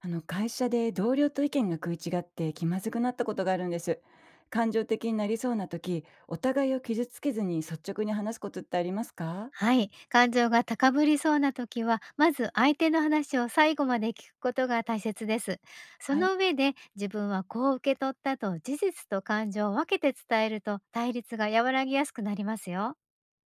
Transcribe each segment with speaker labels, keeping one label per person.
Speaker 1: あの会社で同僚と意見が食い違って気まずくなったことがあるんです。感情的になりそうな時、お互いを傷つけずに率直に話すことってありますか？
Speaker 2: はい、感情が高ぶりそうな時は、まず相手の話を最後まで聞くことが大切です。そ
Speaker 1: はい。
Speaker 2: の上で、自分はこう受け取ったと事実と感情を分けて伝えると、対立が和らぎやすくなりますよ。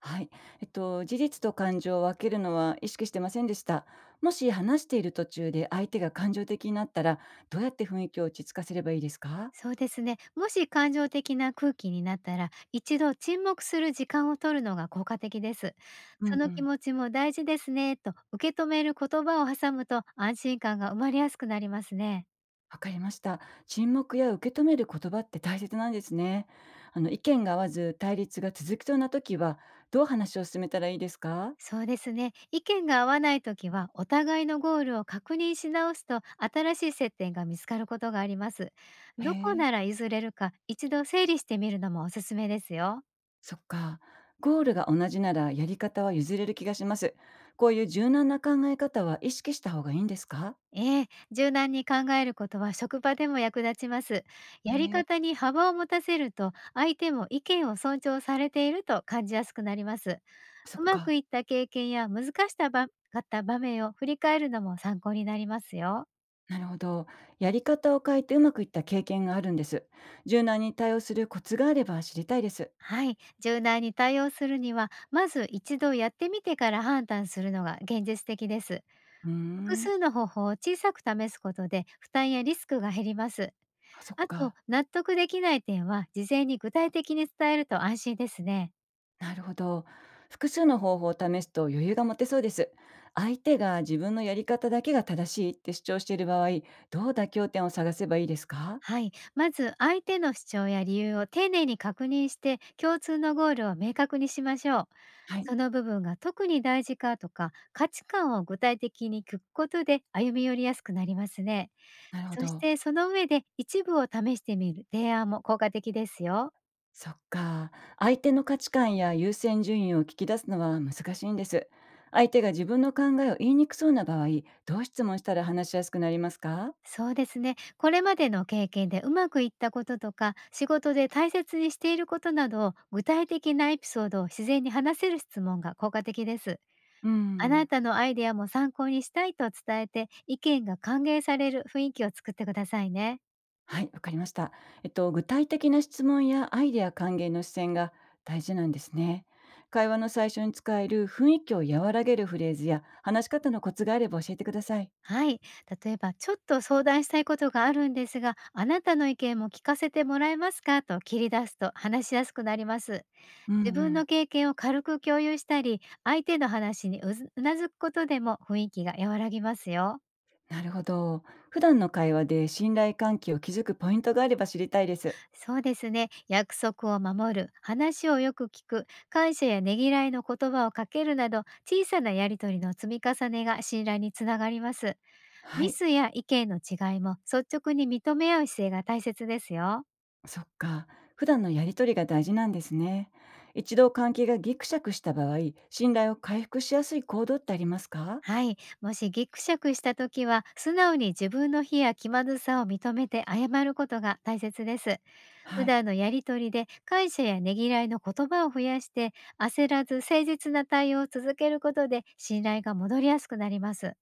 Speaker 1: はい。事実と感情を分けるのは意識してませんでした。もし話している途中で相手が感情的になったら、どうやって雰囲気を落ち着かせればいいですか？
Speaker 2: そうですね。もし感情的な空気になったら、一度沈黙する時間を取るのが効果的です。
Speaker 1: う
Speaker 2: そ
Speaker 1: んう
Speaker 2: の気
Speaker 1: ん。
Speaker 2: 持ちも大事ですね、と受け止める言葉を挟むと、安心感が生まれやすくなりますね。
Speaker 1: わかりました。沈黙や受け止める言葉って大切なんですね。あの、意見が合わず対立が続きそうな時は、どう話を進めたらいいですか？
Speaker 2: そうですね。意見が合わないときは、お互いのゴールを確認し直すと、新しい接点が見つかることがあります。
Speaker 1: へ
Speaker 2: どこ
Speaker 1: え、
Speaker 2: なら譲れるか、一度整理してみるのもおすすめですよ。
Speaker 1: そっか。ゴールが同じならやり方は譲れる気がします。こういう柔軟な考え方は意識した方がいいんですか？
Speaker 2: ええ、柔軟に考えることは職場でも役立ちます。
Speaker 1: へ
Speaker 2: やり
Speaker 1: え、
Speaker 2: 方に幅を持たせると、相手も意見を尊重されていると感じやすくなります。
Speaker 1: そ
Speaker 2: う
Speaker 1: っ
Speaker 2: まく
Speaker 1: か。
Speaker 2: いった経験や難しかった場面を振り返るのも参考になりますよ。
Speaker 1: なるほど。やり方を変えてうまくいった経験があるんです。柔軟に対応するコツがあれば知りたいです。
Speaker 2: はい、柔軟に対応するには、まず一度やってみてから判断するのが現実的です。
Speaker 1: うー
Speaker 2: 複
Speaker 1: ん、
Speaker 2: 数の方法を小さく試すことで、負担やリスクが減ります。
Speaker 1: あ、そっ
Speaker 2: あと、
Speaker 1: か。
Speaker 2: 納得できない点は事前に具体的に伝えると安心ですね。
Speaker 1: なるほど。複数の方法を試すと余裕が持てそうです。相手が自分のやり方だけが正しいって主張している場合、どう妥協点を探せばいいですか？
Speaker 2: はい、まず相手の主張や理由を丁寧に確認して、共通のゴールを明確にしましょう。
Speaker 1: はい、
Speaker 2: その部分が特に大事かとか、価値観を具体的に聞くことで歩み寄りやすくなりますね。
Speaker 1: なるほ
Speaker 2: そし
Speaker 1: ど。
Speaker 2: てその上で、一部を試してみる提案も効果的ですよ。
Speaker 1: そっか。相手の価値観や優先順位を聞き出すのは難しいんです。相手が自分の考えを言いにくそうな場合、どう質問したら話しやすくなりますか？
Speaker 2: そうですね。これまでの経験でうまくいったこととか、仕事で大切にしていることなどを、具体的なエピソードを自然に話せる質問が効果的です。
Speaker 1: う
Speaker 2: あな
Speaker 1: ん。
Speaker 2: たのアイデアも参考にしたいと伝えて、意見が歓迎される雰囲気を作ってくださいね。
Speaker 1: はい、わかりました。具体的な質問やアイデア還元の視線が大事なんですね。会話の最初に使える雰囲気を和らげるフレーズや話し方のコツがあれば教えてください。
Speaker 2: はい。例えば、ちょっと相談したいことがあるんですが、あなたの意見も聞かせてもらえますか、と切り出すと話しやすくなります。
Speaker 1: うん
Speaker 2: 自
Speaker 1: う
Speaker 2: 分の
Speaker 1: ん。
Speaker 2: 経験を軽く共有したり、相手の話にうずうなずくことでも雰囲気が和らぎますよ。
Speaker 1: なるほど。普段の会話で信頼関係を築くポイントがあれば知りたいです。
Speaker 2: そうですね。約束を守る、話をよく聞く、感謝やねぎらいの言葉をかけるなど、小さなやりとりの積み重ねが信頼につながります。
Speaker 1: は
Speaker 2: ミ
Speaker 1: い。
Speaker 2: スや意見の違いも率直に認め合う姿勢が大切ですよ。
Speaker 1: そっか。普段のやりとりが大事なんですね。一度関係がギクシャクした場合、信頼を回復しやすい行動ってありますか？
Speaker 2: はい。もしギクシャクした時は、素直に自分の非や気まずさを認めて謝ることが大切です。普
Speaker 1: はい。
Speaker 2: 段のやりとりで感謝やねぎらいの言葉を増やして、焦らず誠実な対応を続けることで信頼が戻りやすくなります。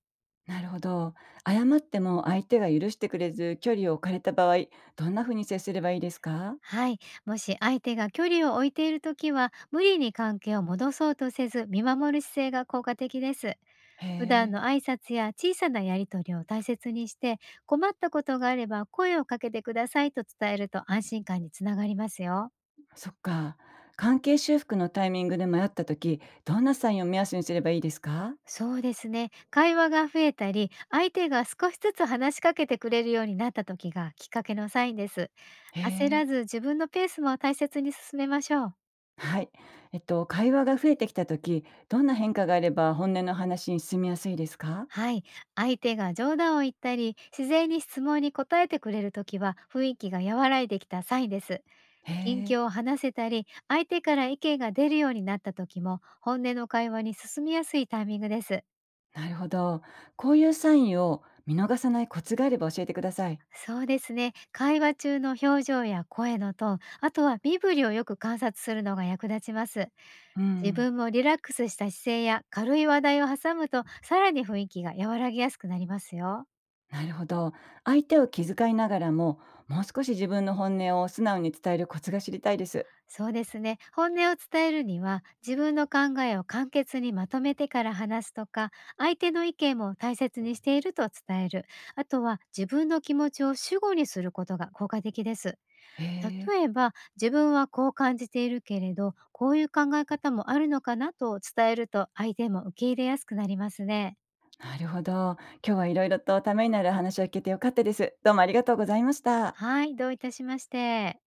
Speaker 1: なるほど。謝っても相手が許してくれず距離を置かれた場合、どんな風に接すればいいですか？
Speaker 2: はい。もし相手が距離を置いているときは、無理に関係を戻そうとせず、見守る姿勢が効果的です。
Speaker 1: へ
Speaker 2: 普段
Speaker 1: え。
Speaker 2: の挨拶や小さなやりとりを大切にして、困ったことがあれば声をかけてください、と伝えると安心感につながりますよ。
Speaker 1: そっか。関係修復のタイミングで迷った時、どんなサインを目安にすればいいですか？
Speaker 2: そうですね。会話が増えたり、相手が少しずつ話しかけてくれるようになった時がきっかけのサインです。
Speaker 1: へ
Speaker 2: 焦
Speaker 1: え。
Speaker 2: らず、自分のペースも大切に進めましょう。
Speaker 1: はい。会話が増えてきた時、どんな変化があれば本音の話に進みやすいですか？
Speaker 2: はい。相手が冗談を言ったり、自然に質問に答えてくれる時は、雰囲気が和らいできたサインです。
Speaker 1: へ
Speaker 2: 近
Speaker 1: え。
Speaker 2: 況を話せたり、相手から意見が出るようになった時も、本音の会話に進みやすいタイミングです。
Speaker 1: なるほど。こういうサインを見逃さないコツがあれば教えてください。
Speaker 2: そうですね。会話中の表情や声のトーン、あとは身振りをよく観察するのが役立ちます。
Speaker 1: う
Speaker 2: 自
Speaker 1: ん。
Speaker 2: 分もリラックスした姿勢や軽い話題を挟むと、さらに雰囲気が和らぎやすくなりますよ。
Speaker 1: なるほど。相手を気遣いながらも、もう少し自分の本音を素直に伝えるコツが知りたいです。
Speaker 2: そうですね。本音を伝えるには、自分の考えを簡潔にまとめてから話すとか、相手の意見も大切にしていると伝える。あとは自分の気持ちを主語にすることが効果的です。
Speaker 1: へえ。
Speaker 2: 例えば、自分はこう感じているけれど、こういう考え方もあるのかなと伝えると、相手も受け入れやすくなりますね。
Speaker 1: なるほど。今日はいろいろとためになる話を聞けてよかったです。どうもありがとうございました。
Speaker 2: はい、どういたしまして。